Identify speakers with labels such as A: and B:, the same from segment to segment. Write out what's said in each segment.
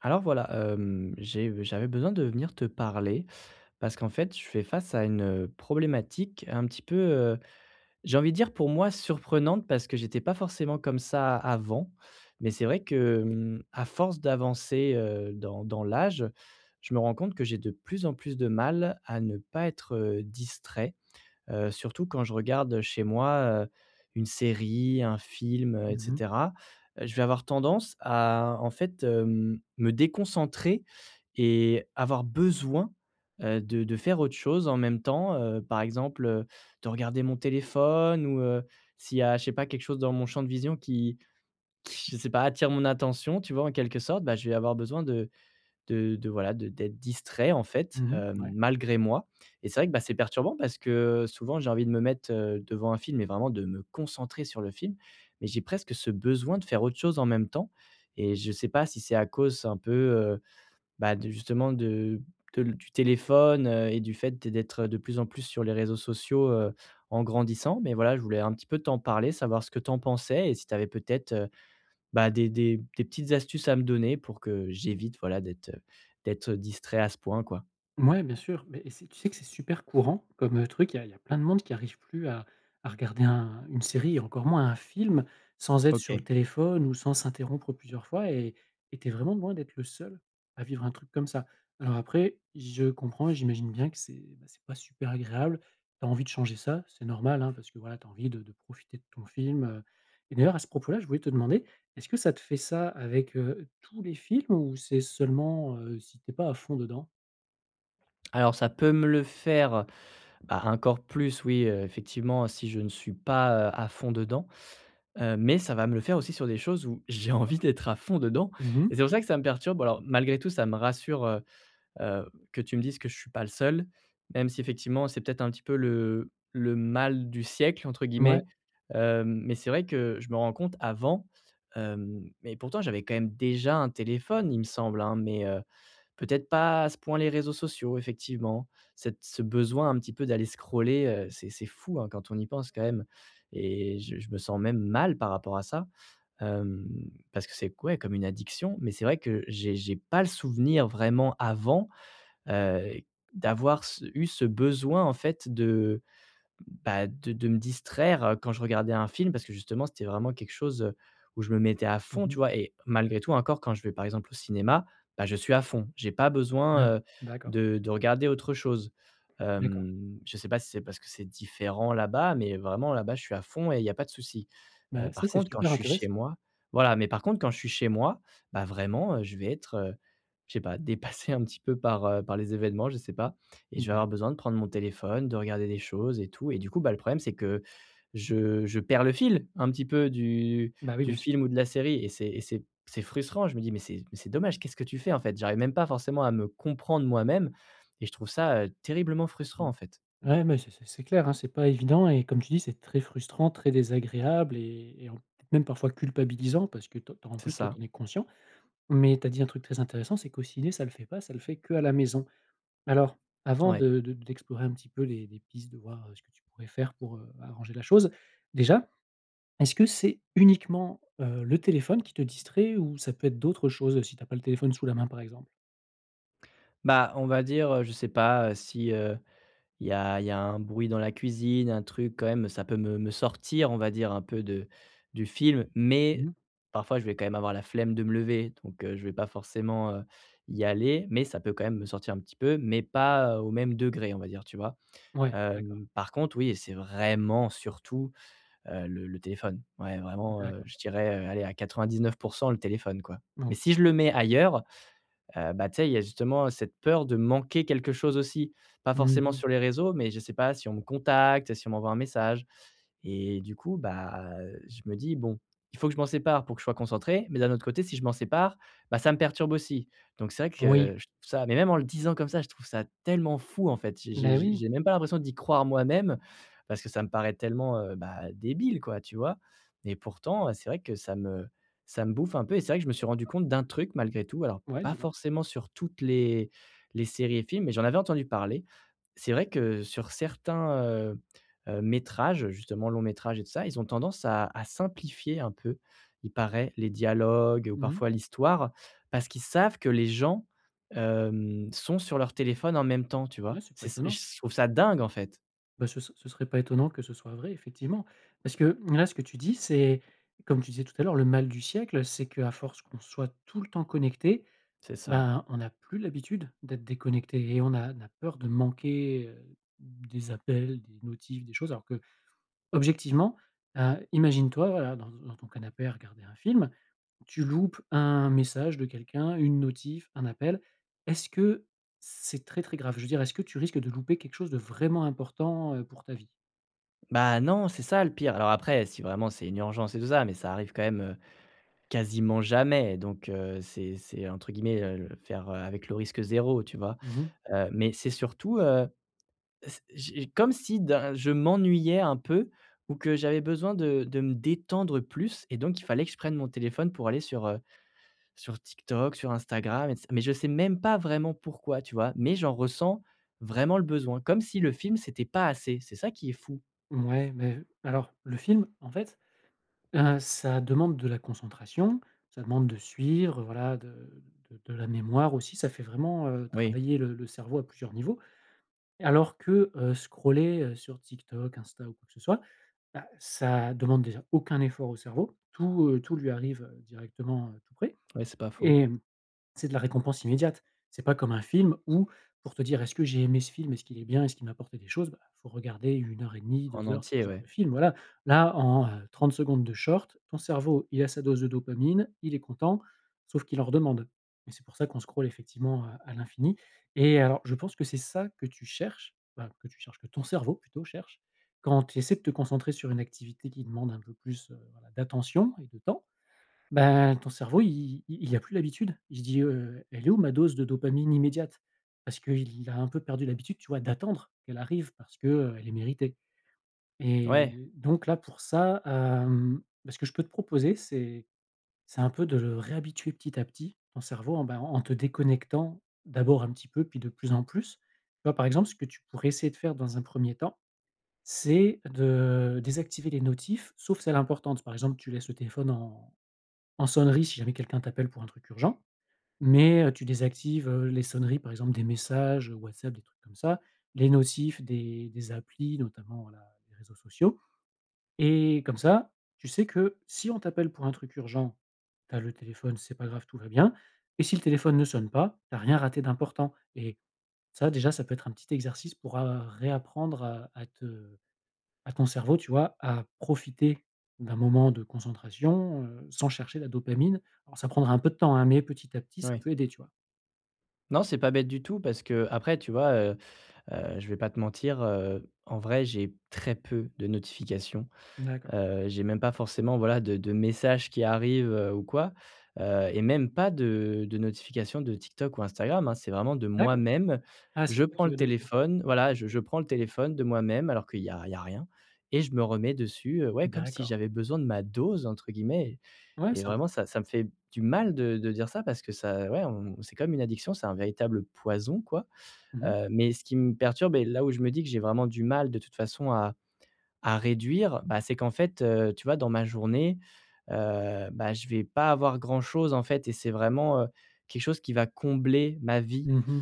A: Alors voilà, j'avais besoin de venir te parler parce qu'en fait, je fais face à une problématique un petit peu j'ai envie de dire, pour moi, surprenante, parce que j'étais pas forcément comme ça avant. Mais c'est vrai que à force d'avancer dans l'âge, je me rends compte que j'ai de plus en plus de mal à ne pas être distrait. Surtout quand je regarde chez moi une série, un film, et
B: Mhm mhm.
A: cetera, je vais avoir tendance à, en fait me déconcentrer et avoir besoin de faire autre chose en même temps par exemple de regarder mon téléphone ou s'il y a, je sais pas, quelque chose dans mon champ de vision qui je sais pas, attire mon attention, tu vois, en quelque sorte, bah, je vais avoir besoin de voilà, de d'être distrait, en fait
B: Ouais.
A: malgré moi. Et c'est vrai que, bah, c'est perturbant parce que souvent j'ai envie de me mettre devant un film et vraiment de me concentrer sur le film, mais j'ai presque ce besoin de faire autre chose en même temps. Et je sais pas si c'est à cause un peu bah, de justement de du téléphone, et du fait d'être de plus en plus sur les réseaux sociaux en grandissant. Mais voilà, je voulais un petit peu t'en parler, savoir ce que t'en pensais et si t'avais peut-être, bah, des petites astuces à me donner pour que j'évite, voilà, d'être distrait à ce point, quoi.
B: Ouais, bien sûr, mais et c'est tu sais que c'est super courant comme, truc. Il y a plein de monde qui n'arrive plus à regarder un une série et encore moins un film sans être sur le
A: OK.
B: téléphone ou sans s'interrompre plusieurs fois et tu es vraiment loin d'être le seul à vivre un truc comme ça. Alors après, je comprends et j'imagine bien que c'est, bah, c'est pas super agréable. Tu as envie de changer ça, c'est normal, hein, parce que voilà, tu as envie de profiter de ton film, et d'ailleurs à ce propos-là, je voulais te demander, est-ce que ça te fait ça avec, tous les films ou c'est seulement, si t'es pas à fond dedans?
A: Alors ça peut me le faire, bah, encore plus, oui effectivement, si je ne suis pas à fond dedans, mais ça va me le faire aussi sur des choses où j'ai envie d'être à fond dedans.
B: Mmh.
A: Et c'est pour ça que ça me perturbe. Alors malgré tout, ça me rassure, heu, que tu me dises que je suis pas le seul, même si effectivement c'est peut-être un petit peu le mal «du siècle» entre
B: Mouais.
A: guillemets. Mais c'est vrai que je me rends compte avant, mais pourtant j'avais quand même déjà un téléphone, il me semble, hein, mais peut-être pas à ce point les réseaux sociaux, effectivement. Cette ce besoin un petit peu d'aller scroller c'est fou, hein, quand on y pense quand même. Et je me sens même mal par rapport à ça, hem, parce que c'est, ouais, comme une addiction. Mais c'est vrai que j'ai pas le souvenir vraiment avant Heu, d'avoir ce besoin en fait de, bah, de me distraire quand je regardais un film, parce que justement c'était vraiment quelque chose où je me mettais à
B: Mmh
A: fond, tu
B: mh.
A: vois? Et malgré tout, encore, quand je vais par exemple au cinéma, bah, je suis à fond. J'ai pas
B: Ah,
A: besoin
B: d'accord,
A: de regarder autre chose.
B: d'accord.
A: Je sais pas si c'est parce que c'est différent là-bas, mais vraiment là-bas je suis à fond et il y a pas de souci.
B: Bah,
A: Par
B: ça, c'est
A: contre quand je
B: super
A: suis chez
B: intéressant.
A: moi, voilà. Mais par contre quand je suis chez moi, bah, vraiment je vais être je sais pas, dépassé un petit peu par par les événements, je sais pas. Et je vais avoir
B: D'accord.
A: besoin de prendre mon téléphone, de regarder des choses et tout. Et du coup, bah, le problème, c'est que je perds le fil un petit peu du
B: Bah, oui, bien sûr.
A: film ou de la série, et c'est frustrant. Je me dis: «Mais c'est dommage, qu'est-ce que tu fais, en fait?» J'arrive même pas forcément à me comprendre moi-même et je trouve ça terriblement frustrant,
B: Mmh.
A: en fait.
B: Ouais, mais c'est clair, hein, c'est pas évident et comme tu dis, c'est très frustrant, très désagréable et en peut-être même parfois culpabilisant parce que toi, en
A: C'est
B: plus, toi,
A: ça,
B: tu en es conscient. Mais tu as dit un truc très intéressant, c'est qu'au ciné, ça le fait pas, ça le fait qu'à la maison. Alors, avant
A: ouais.
B: de d'explorer un petit peu les pistes, de voir, ce que tu pourrais faire pour, arranger la chose, déjà est-ce que c'est uniquement, le téléphone qui te distrait ou ça peut être d'autres choses, si t'as pas le téléphone sous la main, par exemple?
A: Bah, on va dire je sais pas si il y a un bruit dans la cuisine, un truc quand même, ça peut me sortir, on va dire, un peu de du film, mais
B: Mmh.
A: parfois, je vais quand même avoir la flemme de me lever, donc je vais pas forcément y aller, mais ça peut quand même me sortir un petit peu, mais pas au même degré, on va dire, tu vois?
B: Ouais, d'accord,
A: Par contre, oui, c'est vraiment surtout le téléphone. Ouais, vraiment
B: d'accord.
A: je dirais allez, à 99, le téléphone, quoi. Mais si
B: OK.
A: je le mets ailleurs, bah, tu sais, il y a justement cette peur de manquer quelque chose aussi. Pas forcément
B: Mmh.
A: sur les réseaux, mais je sais pas, si on me contacte, si on m'envoie un message, et du coup, bah, je me dis: «Bon, il faut que je m'en sépare pour que je sois concentré», mais d'un autre côté, si je m'en sépare, bah, ça me perturbe aussi. Donc c'est vrai
B: Oui,
A: que je trouve ça, mais même en le disant comme ça, je trouve ça tellement fou, en fait. J'ai j'ai
B: ben oui.
A: j'ai même pas l'impression d'y croire moi-même, parce que ça me paraît tellement bah, débile, quoi, tu vois? Et pourtant c'est vrai que ça me bouffe un peu, et c'est vrai que je me suis rendu compte d'un truc malgré tout, alors
B: Ouais,
A: pas
B: dis-moi.
A: forcément sur toutes les séries et films, mais j'en avais entendu parler. C'est vrai que sur certains métrages, justement, long métrage et tout ça, ils ont tendance à simplifier un peu, il paraît, les dialogues ou
B: Mmh mh.
A: parfois l'histoire, parce qu'ils savent que les gens sont sur leur téléphone en même temps, tu vois?
B: Ouais, c'est pas
A: C'est,
B: étonnant.
A: je trouve ça dingue, en fait.
B: Bah, ce ce serait pas étonnant que ce soit vrai, effectivement. Parce que là, ce que tu dis, c'est comme tu disais tout à l'heure, le mal du siècle, c'est qu'à force qu'on soit tout le temps connecté
A: C'est ça.
B: ben, on n'a plus l'habitude d'être déconnecté et on a peur de manquer, des appels, des notifs, des choses alors que objectivement, imagine-toi, voilà, dans dans ton canapé à regarder un film, tu loupes un message de quelqu'un, une notif, un appel. Est-ce que c'est très, très grave? Je veux dire, est-ce que tu risques de louper quelque chose de vraiment important, pour ta vie?
A: Bah, non, c'est ça le pire. Alors après, si vraiment c'est une urgence et tout ça, mais ça arrive quand même quasiment jamais, donc c'est entre guillemets le faire avec le risque zéro, tu vois?
B: Mmh mh.
A: Mais c'est surtout, S j'ai comme si d'un, je m'ennuyais un peu, ou que j'avais besoin de me détendre plus, et donc il fallait que je prenne mon téléphone pour aller sur sur TikTok, sur Instagram et c mais je sais même pas vraiment pourquoi, tu vois? Mais j'en ressens vraiment le besoin, comme si le film, c'était pas assez. C'est ça qui est fou.
B: Mouais, mais alors le film, en fait, ça demande de la concentration, ça demande de suivre, voilà, de la mémoire aussi. Ça fait vraiment,
A: Oui,
B: travailler le cerveau à plusieurs niveaux. Alors que, scroller, sur TikTok, Insta ou quoi que ce soit, bah, ça demande déjà aucun effort au cerveau. Tout, tout lui arrive, directement, tout près
A: ouais, c'est pas faux.
B: et c'est de la récompense immédiate. C'est pas comme un film où, pour te dire: «Est-ce que j'ai aimé ce film? Est-ce qu'il est bien? Est-ce qu'il m'a apporté des choses?» Bah, faut regarder une heure et demie,
A: En
B: 2 heures,
A: entier,
B: 3 heures
A: ouais.
B: de film, voilà. Là, en, 30 secondes de short, ton cerveau, il a sa dose de dopamine, il est content, sauf qu'il en redemande. Et c'est pour ça qu'on scrolle effectivement, à l'infini. Et alors, je pense que c'est ça que tu cherches, enfin, que tu cherches, que ton cerveau plutôt cherche, quand tu essaies de te concentrer sur une activité qui demande un peu plus, voilà, d'attention et de temps. Ben, ton cerveau, il a plus l'habitude. Il se dit, «Elle est où ma dose de dopamine immédiate?» Parce qu'il a un peu perdu l'habitude, tu vois, d'attendre qu'elle arrive parce que, elle est méritée
A: Ouais,
B: et donc là, pour ça, bah, ce que je peux te proposer, c'est un peu de le réhabituer petit à petit, ton cerveau, en, bah, en te déconnectant d'abord un petit peu, puis de plus en plus. Tu vois, par exemple, ce que tu pourrais essayer de faire dans un premier temps, c'est de désactiver les notifs, sauf celles importantes. Par exemple, tu laisses le téléphone en sonnerie, si jamais quelqu'un t'appelle pour un truc urgent, mais tu désactives, les sonneries, par exemple, des messages, WhatsApp, des trucs comme ça, les notifs des applis, notamment, voilà, les réseaux sociaux et comme ça, tu sais que si on t'appelle pour un truc urgent, tu as le téléphone, c'est pas grave, tout va bien et si le téléphone ne sonne pas, tu as rien raté d'important et ça, déjà, ça peut être un petit exercice pour a réapprendre à te à ton cerveau, tu vois, à profiter d'un moment de concentration, sans chercher la dopamine. Alors ça prendra un peu de temps, hein, mais petit à petit, ça
A: ouais.
B: peut aider, tu vois?
A: Non, c'est pas bête du tout parce que après, tu vois je vais pas te mentir en vrai, j'ai très peu de notifications.
B: D'accord.
A: J'ai même pas forcément, voilà, de messages qui arrivent ou quoi, et même pas de notifications de TikTok ou Instagram, hein. C'est vraiment de
B: D'accord.
A: moi-même.
B: Ah, c'est
A: Je
B: toi
A: prends
B: qui
A: le
B: vas dessus?
A: téléphone, voilà, je
B: OK.
A: prends le téléphone de moi-même alors qu'il y a rien, et je me remets dessus ouais, comme si
B: D'accord.
A: j'avais besoin de «ma dose» entre guillemets.
B: Ouais,
A: Et
B: c'est un peu
A: vraiment
B: ça.
A: ça me fait du mal de dire ça parce que ça, ouais, on c'est comme une addiction, c'est un véritable poison, quoi.
B: Mmh mh.
A: Mais ce qui me perturbe, et là où je me dis que j'ai vraiment du mal de toute façon à réduire, bah, c'est qu'en fait tu vois, dans ma journée bah, je vais pas avoir grand chose, en fait, et c'est vraiment quelque chose qui va combler ma vie.
B: Mmh.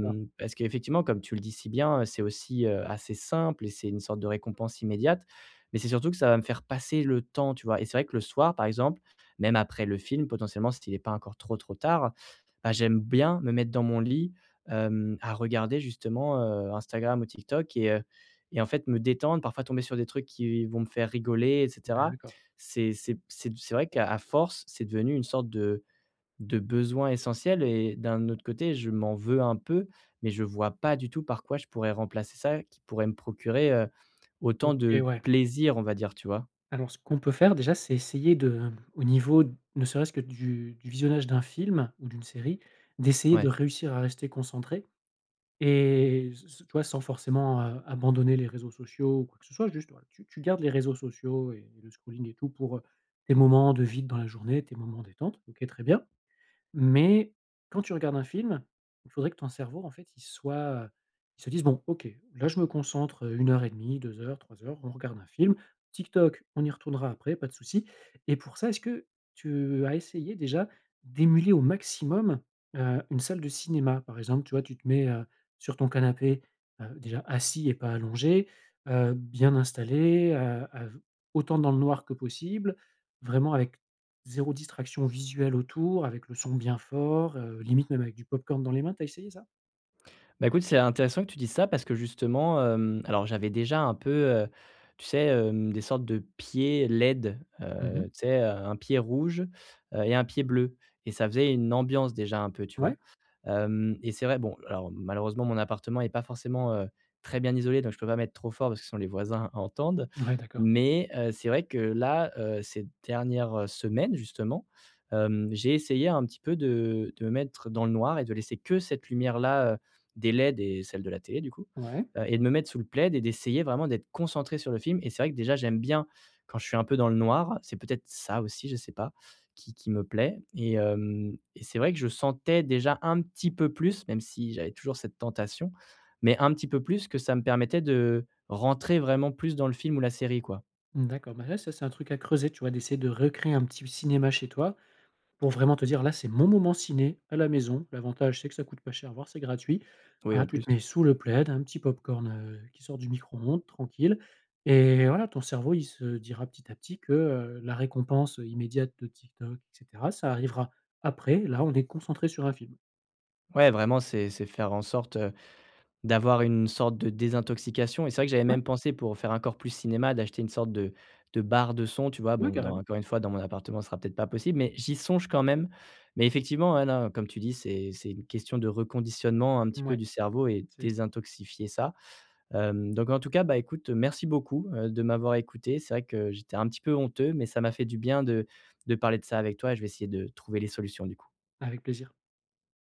B: D'accord.
A: Parce qu'effectivement, comme tu le dis si bien, c'est aussi assez simple et c'est une sorte de récompense immédiate. Mais c'est surtout que ça va me faire passer le temps, tu vois? Et c'est vrai que le soir, par exemple, même après le film, potentiellement, s'il n'est pas encore trop, trop tard, bah, j'aime bien me mettre dans mon lit à regarder justement Instagram ou TikTok, et en fait me détendre, parfois tomber sur des trucs qui vont me faire rigoler, et cetera.
B: D'accord.
A: C'est vrai qu'à force, c'est devenu une sorte de besoins essentiels, et d'un autre côté, je m'en veux un peu, mais je vois pas du tout par quoi je pourrais remplacer ça, qui pourrait me procurer autant
B: OK,
A: de
B: ouais.
A: plaisir, on va dire, tu vois?
B: Alors ce qu'on peut faire déjà, c'est essayer de, au niveau ne serait-ce que du visionnage d'un film ou d'une série, d'essayer
A: Ouais.
B: de réussir à rester concentré et s s tu vois, sans forcément, abandonner les réseaux sociaux ou quoi que ce soit, juste, voilà, tu gardes les réseaux sociaux et le scrolling et tout pour, tes moments de vide dans la journée, tes moments détente. OK, très bien. Mais quand tu regardes un film, il faudrait que ton cerveau, en fait, il soit, heu, il se dise: «Bon, OK, là, je me concentre, 1 heure et demie, 2 heures, 3 heures, on regarde un film. TikTok, on y retournera après, pas de souci» et pour ça, est-ce que tu as essayé déjà d'émuler au maximum, une salle de cinéma? Par exemple, tu vois, tu te mets, sur ton canapé, déjà assis et pas allongé, bien installé, av autant dans le noir que possible, vraiment avec zéro distraction visuelle autour, avec le son bien fort, limite même avec du popcorn dans les mains. Tu as essayé ça?
A: Bah, écoute, c'est intéressant que tu dises ça parce que justement alors j'avais déjà un peu tu sais des sortes de pieds LED
B: Mmh mh.
A: tu sais un pied rouge et un pied bleu, et ça faisait une ambiance déjà un peu, tu vois?
B: Ouais?
A: Et c'est vrai, bon, alors malheureusement, mon appartement est pas forcément très bien isolé, donc je peux pas mettre trop fort parce que sinon les voisins entendent.
B: Ouais, d'accord.
A: Mais c'est vrai que là ces dernières semaines justement j'ai essayé un petit peu de me mettre dans le noir et de laisser que cette lumière-là, des LED et celles de la télé du coup,
B: Ouais.
A: et de me mettre sous le plaid et d'essayer vraiment d'être concentré sur le film, et c'est vrai que déjà j'aime bien quand je suis un peu dans le noir, c'est peut-être ça aussi, je sais pas, qui me plaît, et c'est vrai que je sentais déjà un petit peu plus, même si j'avais toujours cette tentation, mais un petit peu plus, que ça me permettait de rentrer vraiment plus dans le film ou la série, quoi.
B: D'accord, bah, ouais, ça, c'est un truc à creuser, tu vois? D'essayer de recréer un petit cinéma chez toi pour vraiment te dire: «Là, c'est mon moment ciné à la maison». L'avantage, c'est que ça coûte pas cher, voire c'est gratuit.
A: Oui,
B: Voilà,
A: en
B: tu
A: plus.
B: te mets sous le plaid, un petit popcorn, qui sort du micro-ondes, tranquille et voilà, ton cerveau, il se dira petit à petit que, la récompense immédiate de TikTok et cetera, ça arrivera après. Là, on est concentré sur un film.
A: Ouais, vraiment c'est faire en sorte d'avoir une sorte de désintoxication. Et c'est vrai que j'avais
B: Ouais.
A: même pensé, pour faire encore plus cinéma, d'acheter une sorte de barre de son, tu vois?
B: Ouais,
A: Bon, dans
B: carrément.
A: encore une fois, dans mon appartement, ce sera peut-être pas possible, mais j'y songe quand même. Mais effectivement, ouais, non, comme tu dis, c'est une question de reconditionnement un petit peu
B: Ouais.
A: du cerveau et
B: C'est ça,
A: désintoxifier ça. Donc en tout cas, bah, écoute, merci beaucoup de m'avoir écouté. C'est vrai que j'étais un petit peu honteux, mais ça m'a fait du bien de parler de ça avec toi, et je vais essayer de trouver les solutions du coup.
B: avec plaisir.